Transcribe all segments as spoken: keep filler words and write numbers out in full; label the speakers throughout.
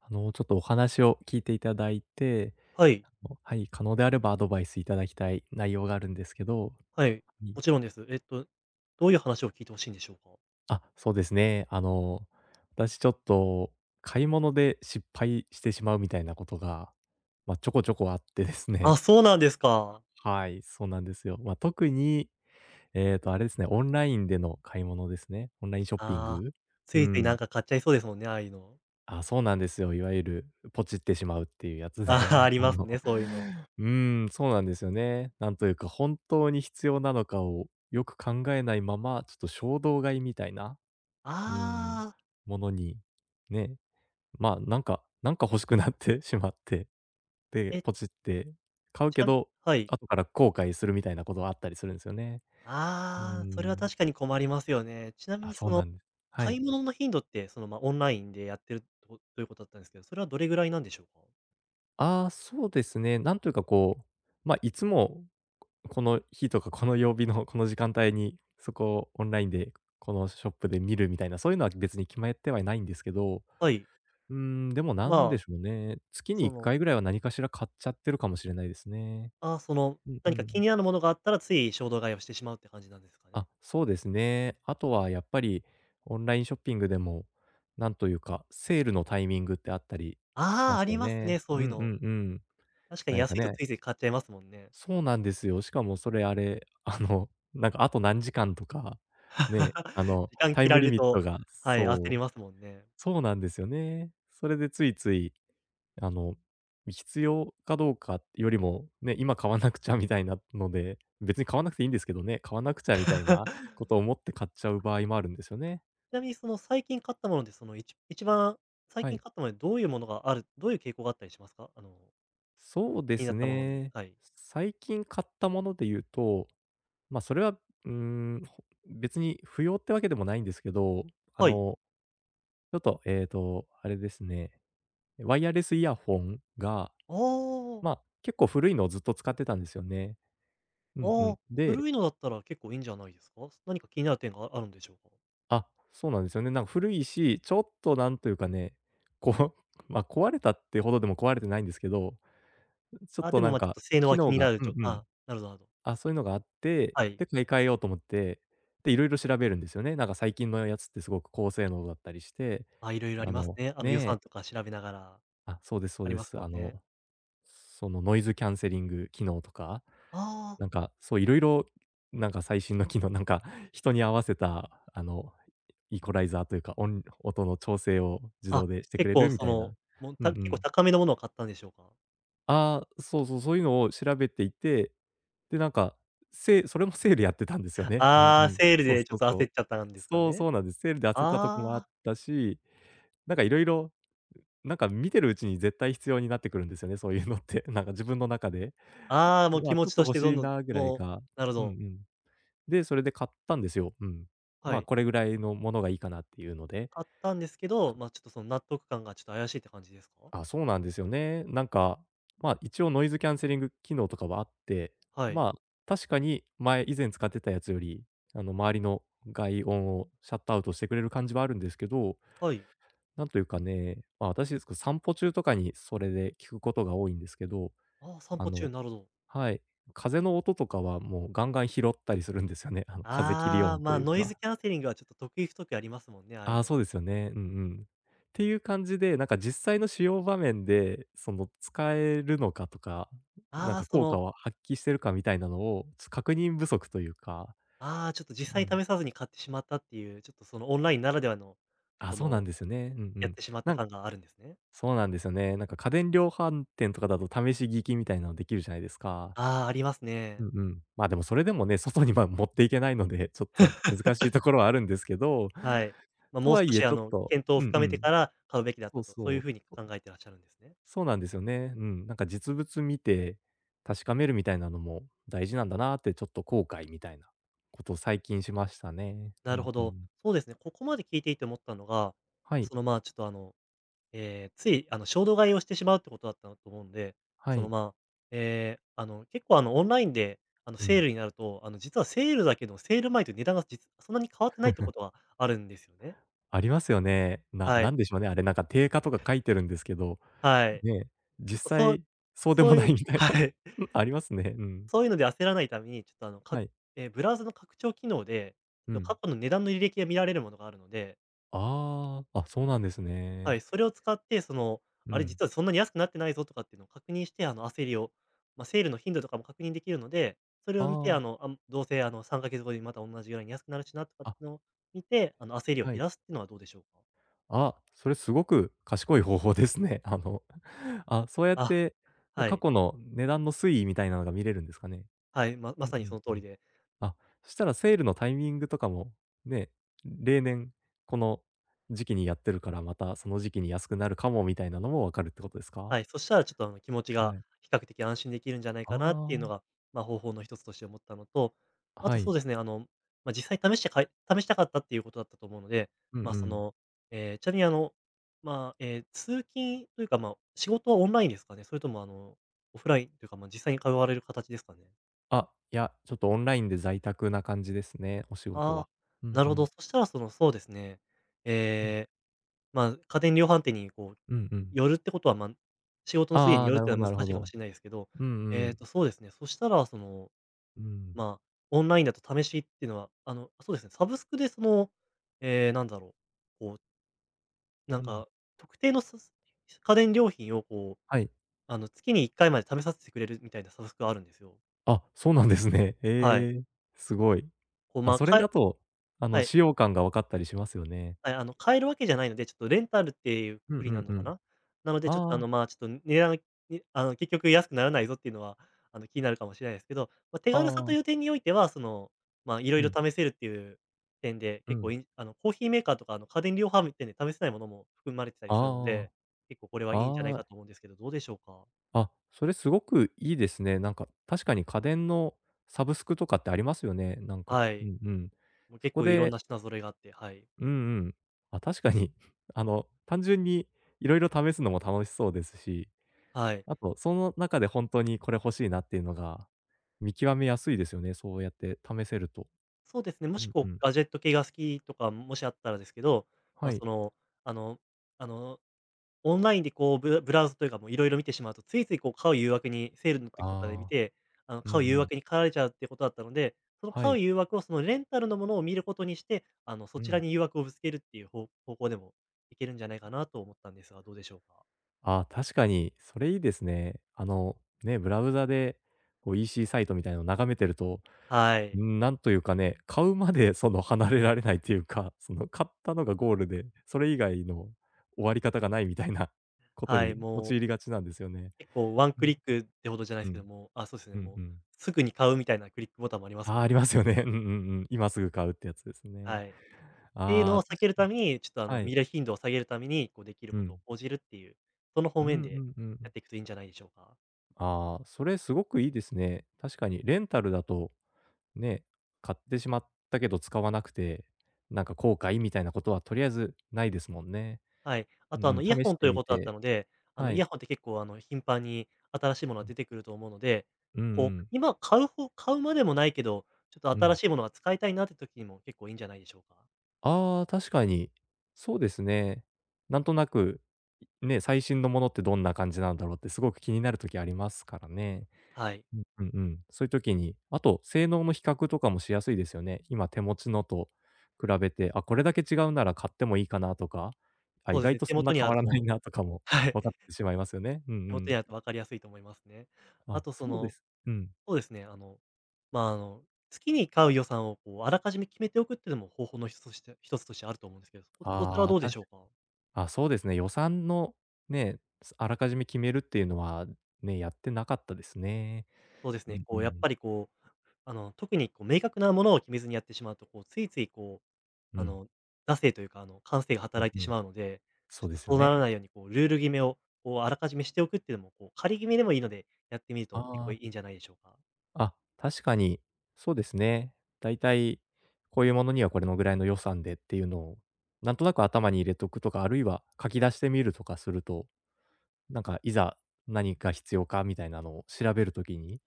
Speaker 1: あの、ちょっとお話を聞いていただいて、
Speaker 2: はい。
Speaker 1: あのはい、可能であればアドバイスいただきたい内容があるんですけど、は
Speaker 2: はい。
Speaker 1: い。
Speaker 2: もちろんです。えっと、どういう話を聞いてほしいんでしょうか？
Speaker 1: あ、そうですね。あの、私ちょっと買い物で失敗してしまうみたいなことが、まあ、ちょこちょこあってです
Speaker 2: あ、
Speaker 1: ね。
Speaker 2: そう なんですか。
Speaker 1: はい、そうなんですよ。まあ、特に、えっと、あれですね、オンラインでの買い物ですね。オンラインショッピン
Speaker 2: ああ、
Speaker 1: グ。
Speaker 2: つ
Speaker 1: う
Speaker 2: いついな
Speaker 1: ん。
Speaker 2: んか買っちゃいそうですもんね、ああいうの。
Speaker 1: あ、そうなんですよ。いわゆるポチってしまうっていうや つ
Speaker 2: ああ、
Speaker 1: で、
Speaker 2: あ り
Speaker 1: あ
Speaker 2: ます
Speaker 1: の、
Speaker 2: ね、そういうの。
Speaker 1: うーん、そうなんですよね。なんというか、本当に必要なのかをよく考えないまま、ちょっと衝動買いみたいな、うん、
Speaker 2: ああ、
Speaker 1: ものに、ね、まあ、なんかなんか欲しくなってしまって、で、
Speaker 2: え、
Speaker 1: ポチって買う
Speaker 2: ち
Speaker 1: け
Speaker 2: な
Speaker 1: ど、
Speaker 2: はい。
Speaker 1: 後から後悔するみたいなことがあったりするんですよね。うー
Speaker 2: ああ、それは
Speaker 1: ん。
Speaker 2: 確かに困りますよね。ちなみ
Speaker 1: あ、
Speaker 2: に
Speaker 1: そ
Speaker 2: そ
Speaker 1: うな
Speaker 2: の、
Speaker 1: んです。は
Speaker 2: 買
Speaker 1: い。
Speaker 2: い物の頻度って、その、ま、オンラインでやってるとということだったんですけど、それはどれぐらいなんでしょうか？
Speaker 1: ああ、そうですね。なんというかこう、まあ、いつもこの日とかこの曜日の この時間帯に、そこをオンラインで、このショップで見るみたいな、そういうのは別に決まってはいないんですけど、
Speaker 2: はい。
Speaker 1: うーん、でもなんで
Speaker 2: まあ、
Speaker 1: しょうね。月に
Speaker 2: そ
Speaker 1: 1
Speaker 2: の、
Speaker 1: 回ぐらいは何かしら買っちゃってるかもしれないですね。
Speaker 2: ああ、その、
Speaker 1: うんう
Speaker 2: 何か気
Speaker 1: ん。
Speaker 2: になるものがあったら、つい衝動買いをしてしまうって感じなんですかね？
Speaker 1: あ、そうですね。あとはやっぱりオンラインショッピングでも、なんというか、セールのタイミングってあったりし
Speaker 2: あ
Speaker 1: ま
Speaker 2: あ、
Speaker 1: す
Speaker 2: あ
Speaker 1: よ
Speaker 2: ります
Speaker 1: ね。
Speaker 2: ね、そ
Speaker 1: う
Speaker 2: ういう
Speaker 1: んう
Speaker 2: の。
Speaker 1: んうん。
Speaker 2: 確かに
Speaker 1: 何か
Speaker 2: 安いと
Speaker 1: ね
Speaker 2: ついつい買っちゃいますもんね。
Speaker 1: そうなんですよ。しかもそれあれ、あの、なんかあと何時間とか、ね、あ の、
Speaker 2: 時間
Speaker 1: タイ
Speaker 2: 切
Speaker 1: ム
Speaker 2: られ
Speaker 1: リ
Speaker 2: る
Speaker 1: ミッ
Speaker 2: と、
Speaker 1: トが
Speaker 2: はい、焦
Speaker 1: そ
Speaker 2: り
Speaker 1: う、
Speaker 2: ますもんね。
Speaker 1: そうなんですよね。それでついつい、あの、必要かどうかよりも、ね、今買わなくちゃみたいなので、別に買わなくていいんですけどね、買わなくちゃみたいな ことを思って買っちゃう場合もあるんですよね。
Speaker 2: ちなみにその最近買ったもので、そのいち一番最
Speaker 1: は
Speaker 2: 近
Speaker 1: い。
Speaker 2: 買ったものでどういうものがあるどういう傾向があったりしますか？あの、
Speaker 1: そうで
Speaker 2: 気にな
Speaker 1: す
Speaker 2: ったものに。
Speaker 1: ね。
Speaker 2: はい。
Speaker 1: 最近買ったもので言うとまあ、それは、うーん、ほ別に不要ってわけでもないんですけど、あ
Speaker 2: はい。
Speaker 1: の、ちょっと、えっと、あれですね、ワイヤレスイヤホンが、
Speaker 2: ああ、
Speaker 1: まあ、結構古いのをずっと使ってたんですよね。う
Speaker 2: あ
Speaker 1: んうん。
Speaker 2: あ、
Speaker 1: で
Speaker 2: 古いのだったら結構いいんじゃないですか？何か気になる点がああるんでしょうか？
Speaker 1: あ、そうなんですよね。なんか古いし、ちょっとなんというかね、こう、まあ、壊れたってほどでも壊れてないんですけど、ちょっ
Speaker 2: あ、
Speaker 1: と
Speaker 2: でも、
Speaker 1: なん
Speaker 2: ま、ちょっ
Speaker 1: か
Speaker 2: と性能
Speaker 1: 機
Speaker 2: は気
Speaker 1: 能
Speaker 2: にな
Speaker 1: が
Speaker 2: る
Speaker 1: う
Speaker 2: じ
Speaker 1: ん
Speaker 2: ょ
Speaker 1: うん。
Speaker 2: あ、なるほどなるほど。
Speaker 1: あ、そういうのがあって、
Speaker 2: はい。
Speaker 1: で、買い替えようと思って、で、いろいろ調べるんですよね。なんか最近のやつってすごく高性能だったりして、
Speaker 2: あ、いろいろあ
Speaker 1: あ
Speaker 2: ります
Speaker 1: の、
Speaker 2: ね。あの、予算
Speaker 1: ねえ、
Speaker 2: とか調べながら、
Speaker 1: あ、そうですそう
Speaker 2: あり
Speaker 1: で
Speaker 2: ます
Speaker 1: す。
Speaker 2: も
Speaker 1: あ
Speaker 2: んね。
Speaker 1: の、そのノイズキャンセリング機能とか、
Speaker 2: ああ。
Speaker 1: なんか、そういろいろ、なんか最新の機能、なんか人に合わせた、あの、イコライザーというか、音音の調整を自
Speaker 2: あ、
Speaker 1: 動でしてく
Speaker 2: 結
Speaker 1: れる
Speaker 2: 構
Speaker 1: み
Speaker 2: そ
Speaker 1: たいな。
Speaker 2: の、もう、
Speaker 1: うんう
Speaker 2: た結構
Speaker 1: ん。
Speaker 2: 高めのものを買ったんでしょうか？
Speaker 1: ああ、そうそう、そういうのを調べていて、で、なんか、セそれもセールやってたんですよ ね。うんう
Speaker 2: ああ、
Speaker 1: ん。
Speaker 2: セール
Speaker 1: そう
Speaker 2: でち
Speaker 1: そ
Speaker 2: ょっ
Speaker 1: う
Speaker 2: と
Speaker 1: そう。
Speaker 2: 焦っちゃったんですか
Speaker 1: そう
Speaker 2: ね。
Speaker 1: そうなんです。セールで焦ったとこもあっ
Speaker 2: あ
Speaker 1: たしなんかいろいろ、なんか見てるうちに絶対必要になってくるんですよね、そういうのって。なんか自分の中で。
Speaker 2: あ、ああ、もう
Speaker 1: ま
Speaker 2: 気
Speaker 1: あ、
Speaker 2: 持
Speaker 1: ちょっ
Speaker 2: ち
Speaker 1: と
Speaker 2: とし
Speaker 1: 欲
Speaker 2: て
Speaker 1: し
Speaker 2: どん
Speaker 1: い
Speaker 2: どん、
Speaker 1: なぐらい
Speaker 2: もう、
Speaker 1: か
Speaker 2: なるほ
Speaker 1: うんう
Speaker 2: ど、
Speaker 1: ん。で、それで買ったんですよ。うん。
Speaker 2: は
Speaker 1: まあ、
Speaker 2: い。
Speaker 1: これぐらいのものがいいかなっていうので、
Speaker 2: 買ったんですけど、
Speaker 1: か
Speaker 2: ま、ちょっとその納得感がちょっと怪しいって感じですか？
Speaker 1: あ、そうなんですよね。なんか、まあ、一応ノイズキャンセリング機能とかはあって、
Speaker 2: はい。
Speaker 1: まあ、確かに前以前使ってたやつより、あの、周りの外音をシャットアウトしてくれる感じはあるんですけど
Speaker 2: はい。
Speaker 1: なんというかね、まあ、私ですか、散歩中とかにそれで聞くことが多いんですけど、
Speaker 2: ああ、散
Speaker 1: あ
Speaker 2: 歩
Speaker 1: の
Speaker 2: 中、なるほど。
Speaker 1: はい、風の音とかはもうガンガン拾ったりするんですよね。あの、風切り
Speaker 2: ああ、
Speaker 1: 音と
Speaker 2: ま、
Speaker 1: いう
Speaker 2: ノイズ
Speaker 1: か。
Speaker 2: キャンセリングはちょっと得意不得意ありますもんね、ああい
Speaker 1: あ
Speaker 2: う
Speaker 1: あ、
Speaker 2: の。
Speaker 1: そうですよね。うんうん。っていう感じで、なんか実際の使用場面で、その使えるのかとか、なん
Speaker 2: ああ、
Speaker 1: か
Speaker 2: そ
Speaker 1: 効果
Speaker 2: の、
Speaker 1: を発揮してるかみたいなのを、確認不足というか、
Speaker 2: ああ、ちょっと実
Speaker 1: う
Speaker 2: 際
Speaker 1: ん。
Speaker 2: に試さずに買ってしまったっていう、ちょっとそのオンラインならではの、
Speaker 1: あ、
Speaker 2: こ
Speaker 1: そうなん
Speaker 2: の、
Speaker 1: ですよね。うんう
Speaker 2: やっ
Speaker 1: ん。
Speaker 2: てしまった
Speaker 1: なん
Speaker 2: 感があるんですね。
Speaker 1: そうなんですよね。なんか家電量販店とかだと試し聞きみたいなのできるじゃないですか。
Speaker 2: ああ、あります
Speaker 1: う
Speaker 2: ね。
Speaker 1: んうん。まあ、でもそれでもね、外には持っていけないので、ちょっと難しいところはあるんですけど、
Speaker 2: はい。まあ、
Speaker 1: と
Speaker 2: もう
Speaker 1: は
Speaker 2: 少
Speaker 1: いえ
Speaker 2: しあ
Speaker 1: ちょっ
Speaker 2: の、
Speaker 1: と
Speaker 2: 検討を
Speaker 1: うん
Speaker 2: 深
Speaker 1: う
Speaker 2: めて
Speaker 1: ん。
Speaker 2: から買うべきだっ
Speaker 1: そ
Speaker 2: た
Speaker 1: う
Speaker 2: と、そうい
Speaker 1: そ
Speaker 2: う
Speaker 1: う。
Speaker 2: ふうに考えてらっしゃるんですね。
Speaker 1: そうなんですよね。うん。なんか実物見て確かめるみたいなのも大事なんだなってちょっと後悔みたいなことを最近しましたね。
Speaker 2: な
Speaker 1: う
Speaker 2: る
Speaker 1: ん
Speaker 2: ほ
Speaker 1: う
Speaker 2: ど。
Speaker 1: ん。
Speaker 2: そうですね、ここまで聞いていて思ったのが、
Speaker 1: はい、
Speaker 2: その、まあ、ちょっとあの、えーついあの、衝動買いをしてしまうってことだったと思うんで、
Speaker 1: は
Speaker 2: その、
Speaker 1: い。
Speaker 2: まあ、えーあの、結構あの、オンラインであの、
Speaker 1: う
Speaker 2: セー
Speaker 1: ん。
Speaker 2: ルになると、あの、実はセールだけど、セール前と値段が実そんなに変わってないってことがあるんですよね。
Speaker 1: ありますよね。な
Speaker 2: は
Speaker 1: な
Speaker 2: い、
Speaker 1: んでしょうね、あれなんか定価とか書いてるんですけど、
Speaker 2: はい。
Speaker 1: ね、
Speaker 2: ちょっ
Speaker 1: 実
Speaker 2: とそう
Speaker 1: 際そうでも
Speaker 2: そう
Speaker 1: な
Speaker 2: い
Speaker 1: い
Speaker 2: う
Speaker 1: みたいな。
Speaker 2: はい。
Speaker 1: うん、ありますね。うん。
Speaker 2: そういうので焦らないために、ちょっとあの、か
Speaker 1: はい。
Speaker 2: え、ブラウザの拡張機能で、
Speaker 1: う
Speaker 2: ちょっと
Speaker 1: ん。
Speaker 2: 過去の値段の履歴が見られるものがあるので、
Speaker 1: ああ、あ、そうなんです
Speaker 2: は
Speaker 1: ね。
Speaker 2: い、それを使って、その、
Speaker 1: う
Speaker 2: あれ
Speaker 1: ん。
Speaker 2: 実はそんなに安くなってないぞとかっていうのを確認して、あの、焦りを、まあ、セールの頻度とかも確認できるので、それ
Speaker 1: あ
Speaker 2: を見て、あ
Speaker 1: あ、
Speaker 2: の、あんどうせあの、さんかげつごにまた同じぐらいに安くなるしなとかって
Speaker 1: あ、
Speaker 2: いうのを見て、あの、焦りを
Speaker 1: は
Speaker 2: 減
Speaker 1: い。
Speaker 2: らすっていうのはどうでしょうか？
Speaker 1: あ、それすごく賢い方法ですね。あの、あ、そうやっ
Speaker 2: あ、
Speaker 1: て、な
Speaker 2: は
Speaker 1: 過
Speaker 2: い。
Speaker 1: 去の値段の推移みたいなのが見れるんですかね？
Speaker 2: はい、まま
Speaker 1: うん
Speaker 2: さ
Speaker 1: う
Speaker 2: にそ
Speaker 1: ん
Speaker 2: の通
Speaker 1: う
Speaker 2: り
Speaker 1: ん。
Speaker 2: で
Speaker 1: あ、そしたらセールのタイミングとかも、ね、例年この時期にやってるから、またその時期に安くなるかもみたいなのも分かるってことです
Speaker 2: は
Speaker 1: か？
Speaker 2: い、そしたらちょっとあの気持ち
Speaker 1: は
Speaker 2: が
Speaker 1: い。
Speaker 2: 比較的安心できるんじゃないかなっていうの
Speaker 1: あ
Speaker 2: が、まあ、方法の一つとして思ったのと、
Speaker 1: あ、
Speaker 2: あ
Speaker 1: は
Speaker 2: と
Speaker 1: い。
Speaker 2: そうですね、あの、まあ、実際試してかい試したかったっていうことだったと思うので、
Speaker 1: うんう
Speaker 2: ま、そ
Speaker 1: ん。
Speaker 2: の、ええ、ちなみにあの、まあ、えー通勤というか、まあ、仕事はオンラインですかね？それともあの、オフラインというか、まあ、実際に通われる形ですかね？
Speaker 1: あ、いや、ちょっとオンラインで在宅な感じですね、お仕事
Speaker 2: あ
Speaker 1: は。
Speaker 2: あ、
Speaker 1: うん
Speaker 2: なる
Speaker 1: う
Speaker 2: ほ
Speaker 1: ん。
Speaker 2: ど。そしたらその、そうですね、
Speaker 1: うん。
Speaker 2: えーまあ、家電量販店にこう、
Speaker 1: うんうん。
Speaker 2: 寄るってことは、まあ、仕事のついで
Speaker 1: あ
Speaker 2: に
Speaker 1: あ、
Speaker 2: 寄る
Speaker 1: な
Speaker 2: っ
Speaker 1: る
Speaker 2: てい
Speaker 1: ほ
Speaker 2: う
Speaker 1: ど
Speaker 2: のは
Speaker 1: なる
Speaker 2: 難
Speaker 1: ほ
Speaker 2: しいかも
Speaker 1: ど。
Speaker 2: しれないですけど、
Speaker 1: うんう
Speaker 2: えっ
Speaker 1: ん。
Speaker 2: と、そうですね、そしたら、その、
Speaker 1: うん。
Speaker 2: まあ、オンラインだと試しっていうのは、あの、そうですね、サブスクでその、えーなんだろう、こう、なん
Speaker 1: うん。
Speaker 2: か、特定のさ家電料品をこう、
Speaker 1: はい。
Speaker 2: あの、月にいっかいまで試させてくれるみたいなサブスクがあるんですよ。
Speaker 1: あ、そうなんですね。
Speaker 2: はい。
Speaker 1: ええ、すごい。
Speaker 2: こう、
Speaker 1: あ、
Speaker 2: まあ、
Speaker 1: それ
Speaker 2: か
Speaker 1: だと、あの、
Speaker 2: はい。
Speaker 1: 使用感が分かったりしますよね。
Speaker 2: はい、あの、買えるわけじゃないので、ちょっとレンタルっていうく
Speaker 1: うん
Speaker 2: くり
Speaker 1: う
Speaker 2: にな
Speaker 1: ん
Speaker 2: るの
Speaker 1: う
Speaker 2: か
Speaker 1: ん。
Speaker 2: な。なので、ちょっと、あ
Speaker 1: あ
Speaker 2: の、
Speaker 1: あ、
Speaker 2: まあ、ちょっと値段にあの、結局安くならないぞっていうのは、あの、気になるかもしれないですけど、まあ、手軽さ
Speaker 1: あ
Speaker 2: と
Speaker 1: あ、
Speaker 2: いう点においては、その、まあ、色
Speaker 1: う
Speaker 2: 々
Speaker 1: ん、
Speaker 2: 試せるっていう点で、
Speaker 1: う
Speaker 2: 結構
Speaker 1: ん。
Speaker 2: いいあの、コーヒーメーカーとか、あの、家電量販店で試せないものも含まれてたりするの
Speaker 1: あ
Speaker 2: で、結構これは
Speaker 1: あ、
Speaker 2: いいんじゃない
Speaker 1: ああ、
Speaker 2: かと思うんですけど、どうでしょうか？
Speaker 1: あ、それすごくいいですね。なんか、確かに家電のサブスクとかってありますよね、なんか。
Speaker 2: は
Speaker 1: う
Speaker 2: い。
Speaker 1: んうん。
Speaker 2: もう
Speaker 1: そ
Speaker 2: 結
Speaker 1: こ
Speaker 2: 構いろん
Speaker 1: で
Speaker 2: な品揃えがあって、はい。
Speaker 1: うんうん。あ、確かに、あの、単純に色々試すのも楽しそうですし
Speaker 2: はい。
Speaker 1: あと、その中で本当にこれ欲しいなっていうのが、見極めやすいですよね、そうやって試せると。
Speaker 2: そうですね、も
Speaker 1: う
Speaker 2: し
Speaker 1: ん
Speaker 2: こ
Speaker 1: う
Speaker 2: う
Speaker 1: ん。
Speaker 2: ガジェット系が好きとか、もしあったらですけど、ま
Speaker 1: は
Speaker 2: あ、
Speaker 1: い。
Speaker 2: その、あのあのオンラインでこう、ブブラウズというか、もういろいろ見てしまうと、ついついこう買う誘惑にセールの
Speaker 1: あ
Speaker 2: 時とかで見
Speaker 1: あ、
Speaker 2: て、あの、
Speaker 1: う
Speaker 2: 買う
Speaker 1: んう
Speaker 2: 誘
Speaker 1: ん。
Speaker 2: 惑に駆られちゃうっていうことだったので、その
Speaker 1: は
Speaker 2: 買う
Speaker 1: い。
Speaker 2: 誘惑をそのレンタルのものを見ることにして、あの、そ
Speaker 1: う
Speaker 2: ちら
Speaker 1: ん。
Speaker 2: に誘惑をぶつけるっていう方方向でもいけるんじゃないかなと思ったんですが、どうでしょうか？
Speaker 1: ああ、確かに、それいいですね。あの、ね、ブラウザで、こう イーシー サイトみたいなのを眺めてると、
Speaker 2: はい。
Speaker 1: うん、なんというかね、買うまで その離れられないっていうか、その買ったのがゴールで、それ以外の終わり方がないみたいなこと
Speaker 2: はい、
Speaker 1: に
Speaker 2: もう
Speaker 1: 陥りがちなんですよね。
Speaker 2: 結構ワン
Speaker 1: う
Speaker 2: ク
Speaker 1: ん、
Speaker 2: リックってほどじゃないで
Speaker 1: う
Speaker 2: すけど
Speaker 1: ん、
Speaker 2: も、あ、そうですね、
Speaker 1: うん
Speaker 2: もう
Speaker 1: うん。
Speaker 2: すぐに買うみたいなクリックボタンもあります
Speaker 1: あ
Speaker 2: も
Speaker 1: あ、
Speaker 2: ん
Speaker 1: あ
Speaker 2: ね。
Speaker 1: りますよね。うんうんうん。今すぐ買うってやつですね。
Speaker 2: はい。ていうのを
Speaker 1: ああ、
Speaker 2: 避
Speaker 1: 確
Speaker 2: ける
Speaker 1: か
Speaker 2: た
Speaker 1: に。
Speaker 2: めに、ちょっとあの、
Speaker 1: はい。
Speaker 2: 見る頻度を下げるために、こうできる
Speaker 1: う
Speaker 2: ことを
Speaker 1: ん。
Speaker 2: 講じるっていう、その方
Speaker 1: うん
Speaker 2: 面
Speaker 1: う
Speaker 2: で
Speaker 1: んうんう
Speaker 2: や
Speaker 1: ん。
Speaker 2: っていくといいんじゃないでしょうか。
Speaker 1: ああ、それすごくいいですね。確かにレンタルだと、ね、買ってしまったけど使わなくて、なんか後悔みたいなことはとりあえずないですもんね。
Speaker 2: はい。あ
Speaker 1: う
Speaker 2: と
Speaker 1: ん
Speaker 2: あ
Speaker 1: うん、
Speaker 2: の、イヤ
Speaker 1: 試
Speaker 2: ホ
Speaker 1: し
Speaker 2: ン
Speaker 1: て
Speaker 2: という
Speaker 1: み
Speaker 2: ことだった
Speaker 1: て
Speaker 2: ので、あの、
Speaker 1: は
Speaker 2: イ
Speaker 1: い。
Speaker 2: ヤホンって結構あの、頻繁に新しいものが
Speaker 1: う
Speaker 2: 出てくると思うので、
Speaker 1: んうんう
Speaker 2: こう、
Speaker 1: ん。
Speaker 2: 今買うほ買うまでもないけど、ちょっと新しいものが使いたいなって時にも結構いいんじゃないでしょうか。
Speaker 1: ああ、確かに。そうですね。なんとなく、ね、最新のものってどんな感じなんだろうってすごく気になるときありますからね。
Speaker 2: はい。
Speaker 1: うんうんうん。そういう時に、あと性能の比較とかもしやすいですよね。今手持ちのと比べて、あ、これだけ違うなら買ってもいいかなとか、あ、
Speaker 2: そ
Speaker 1: 意
Speaker 2: うです
Speaker 1: 外
Speaker 2: ね、
Speaker 1: と
Speaker 2: 手
Speaker 1: そんな
Speaker 2: 元に
Speaker 1: 変
Speaker 2: あ
Speaker 1: わ
Speaker 2: る
Speaker 1: らない
Speaker 2: と
Speaker 1: なとかも
Speaker 2: はい、
Speaker 1: 分かってしまいますよね。うん
Speaker 2: 手
Speaker 1: う
Speaker 2: 元
Speaker 1: ん。
Speaker 2: にあると分かりやすいと思いますね。あ
Speaker 1: あ、
Speaker 2: とそ
Speaker 1: そうで
Speaker 2: の
Speaker 1: す。うん。
Speaker 2: そうですね、あの、まあ、あの、月に買う予算をこうあらかじめ決めておくっていうのも方法の一つとして一つとしてあると思うんですけど、そこそちらは
Speaker 1: ああ、
Speaker 2: どうで
Speaker 1: たし
Speaker 2: しょうか？
Speaker 1: あ、そうですね。予算のね、すあらかじめ決めるっていうのは、ね、やってなかったですね。
Speaker 2: そうです
Speaker 1: う
Speaker 2: ね、
Speaker 1: ん
Speaker 2: こ
Speaker 1: う
Speaker 2: うやっ
Speaker 1: ん。
Speaker 2: ぱりこう、あの、特にこう明確なものを決めずにやってしまうと、こうついついこう、
Speaker 1: う
Speaker 2: あ
Speaker 1: ん。
Speaker 2: の、惰性というか、あの、感性が
Speaker 1: う
Speaker 2: 働いて
Speaker 1: んう
Speaker 2: し
Speaker 1: ん。
Speaker 2: まうので、ち
Speaker 1: そ
Speaker 2: ょ
Speaker 1: うで
Speaker 2: っと
Speaker 1: すよ
Speaker 2: そうなら
Speaker 1: ね。
Speaker 2: ないようにこうルール決めをこうあらかじめしておくっていうのも、こう仮決めでもいいので、やってみる
Speaker 1: あ
Speaker 2: と結構いいん
Speaker 1: あ。
Speaker 2: じゃないでしょうか？
Speaker 1: あ、確かに、そうですね。だいたいこういうものにはこれのぐらいの予算でっていうのを、なんとなく頭に入れとくとか、あるいは書き出してみるとかすると、なんかいざ何が必要かみたいなのを調べるときに、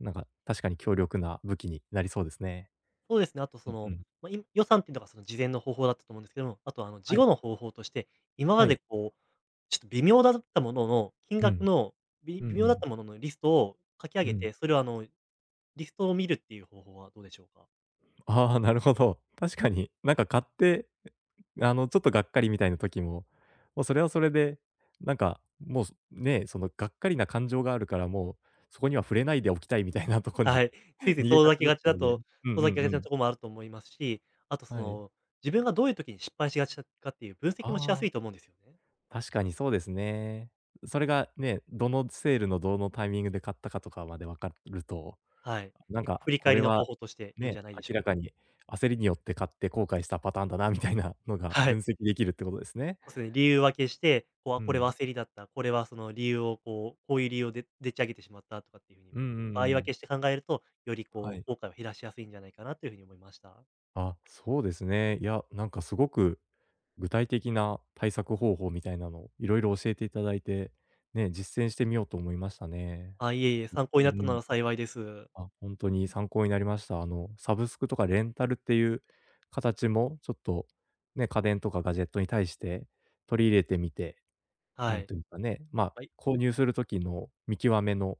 Speaker 1: なんか確かに強力な武器になりそうですね。
Speaker 2: そうですね、あとそ
Speaker 1: うんう
Speaker 2: の、
Speaker 1: ん。
Speaker 2: まあ、い予算っていうのがその事前の方法だったと思うんですけども、あとあの
Speaker 1: は
Speaker 2: 事
Speaker 1: い。
Speaker 2: 後の方法として、今
Speaker 1: は
Speaker 2: ま
Speaker 1: い。
Speaker 2: でこう、ちょっと微妙だったものの、金
Speaker 1: う
Speaker 2: 額
Speaker 1: ん。
Speaker 2: のび
Speaker 1: うんう
Speaker 2: 微妙だっ
Speaker 1: ん。
Speaker 2: たもののリストを書き上
Speaker 1: う
Speaker 2: げ
Speaker 1: ん。
Speaker 2: て、それをあのリストを見るっていう方法はどうでしょうか？
Speaker 1: ああ、なるほど。確かに、なんか買って、あの、ちょっとがっかりみたいな時も、もうそれはそれで、なんか、もう、すね、そのがっかりな感情があるから、もう、そこには触れないでおきたいみたいなと こ
Speaker 2: は
Speaker 1: に
Speaker 2: い。つい つい
Speaker 1: 逃げ
Speaker 2: 遠
Speaker 1: が
Speaker 2: ざ
Speaker 1: ち
Speaker 2: け
Speaker 1: だっ
Speaker 2: がち
Speaker 1: た
Speaker 2: だ
Speaker 1: ので。
Speaker 2: と
Speaker 1: うんうん
Speaker 2: 遠ざけ
Speaker 1: う
Speaker 2: がちな
Speaker 1: ん。
Speaker 2: ところもあると思いますし、あとそ
Speaker 1: はい。
Speaker 2: の、自分がどういう時に失敗しがちかっていう分析もしや
Speaker 1: ああ、
Speaker 2: すいと思うんですよね。
Speaker 1: 確かにそうですね。それがね、どのセールのどのタイミングで買ったかとかまで分かると、
Speaker 2: はい。
Speaker 1: なん
Speaker 2: 結構
Speaker 1: か、
Speaker 2: 振り
Speaker 1: こ
Speaker 2: 返
Speaker 1: れ
Speaker 2: りの方
Speaker 1: は、
Speaker 2: 法としていいん
Speaker 1: ね、
Speaker 2: じゃないでし
Speaker 1: 明
Speaker 2: ょう
Speaker 1: らか
Speaker 2: か。
Speaker 1: に焦りによって買って後悔したパターンだなみたいなのが
Speaker 2: は
Speaker 1: 分
Speaker 2: い。
Speaker 1: 析できるってことですね。
Speaker 2: そうですね、理由分けして、こう、あ、
Speaker 1: う
Speaker 2: これは
Speaker 1: ん。
Speaker 2: 焦りだった、これはその理由をこう、こういう理由をででっち上げてしまったとかっていうふう
Speaker 1: うん
Speaker 2: に、
Speaker 1: うん
Speaker 2: 場合
Speaker 1: う
Speaker 2: 分
Speaker 1: ん。
Speaker 2: けして考えると、より
Speaker 1: は
Speaker 2: こ
Speaker 1: い。
Speaker 2: う、後悔を減らしやすいんじゃないかなというふうに思いました。
Speaker 1: あ、そうですね。いや、なんかすごく具体的な対策方法みたいなの、いろいろ教えていただいて、ね、実践してみようと思いましたね。
Speaker 2: あ、いえいえ、参考
Speaker 1: う
Speaker 2: になった
Speaker 1: んう
Speaker 2: な
Speaker 1: ん。
Speaker 2: ら幸いです。
Speaker 1: あ、本当に参考になりました。あの、サブスクとかレンタルっていう形も、ちょっと、ね、家電とかガジェットに対して取り入れてみて、な
Speaker 2: は
Speaker 1: ん
Speaker 2: い。
Speaker 1: というかね、まあ、
Speaker 2: はい。
Speaker 1: 購入する時の見極めの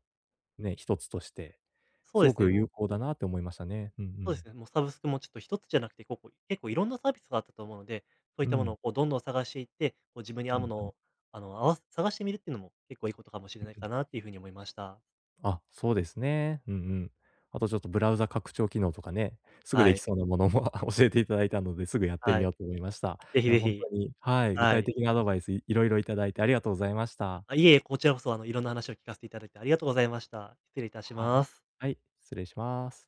Speaker 1: ね、一つとして、
Speaker 2: そう
Speaker 1: す
Speaker 2: で
Speaker 1: ご
Speaker 2: すね、
Speaker 1: く
Speaker 2: も
Speaker 1: 有
Speaker 2: う、
Speaker 1: 効だなって思いましたね。うんう
Speaker 2: そうで
Speaker 1: ん。
Speaker 2: すね、もうサブスクもちょっと一つじゃなくて、ここ結構いろんなサービスがあったと思うので、そういっ
Speaker 1: う
Speaker 2: たも
Speaker 1: ん。
Speaker 2: のをこうどんどん探していって、こう自分に
Speaker 1: う
Speaker 2: 合うも
Speaker 1: ん
Speaker 2: の
Speaker 1: うん。
Speaker 2: を、あの、合わせ探してみるっていうのも結構いいことかもし
Speaker 1: う
Speaker 2: れ
Speaker 1: ん
Speaker 2: ない
Speaker 1: うん。
Speaker 2: かなっていうふうに思いました。
Speaker 1: あ、そうですね。うんうん。あとちょっとブラウザ拡張機能とかね、すぐ
Speaker 2: は
Speaker 1: でき
Speaker 2: い。
Speaker 1: そうなものも 教えていただいたので、すぐやって
Speaker 2: は
Speaker 1: みよ
Speaker 2: い。
Speaker 1: うと思いました。
Speaker 2: ぜ
Speaker 1: い
Speaker 2: ひ
Speaker 1: や、
Speaker 2: ぜ
Speaker 1: 本当
Speaker 2: ひ。
Speaker 1: に、はい、具
Speaker 2: は
Speaker 1: 体
Speaker 2: い。
Speaker 1: 的なアドバイスいいろいろいただいてありがとうございました。
Speaker 2: あ、いえいえ、こちらこそ、あの、いろんな話を聞かせていただいてありがとうございました。失礼いたし
Speaker 1: は
Speaker 2: ま
Speaker 1: い。
Speaker 2: す。
Speaker 1: はい、失礼します。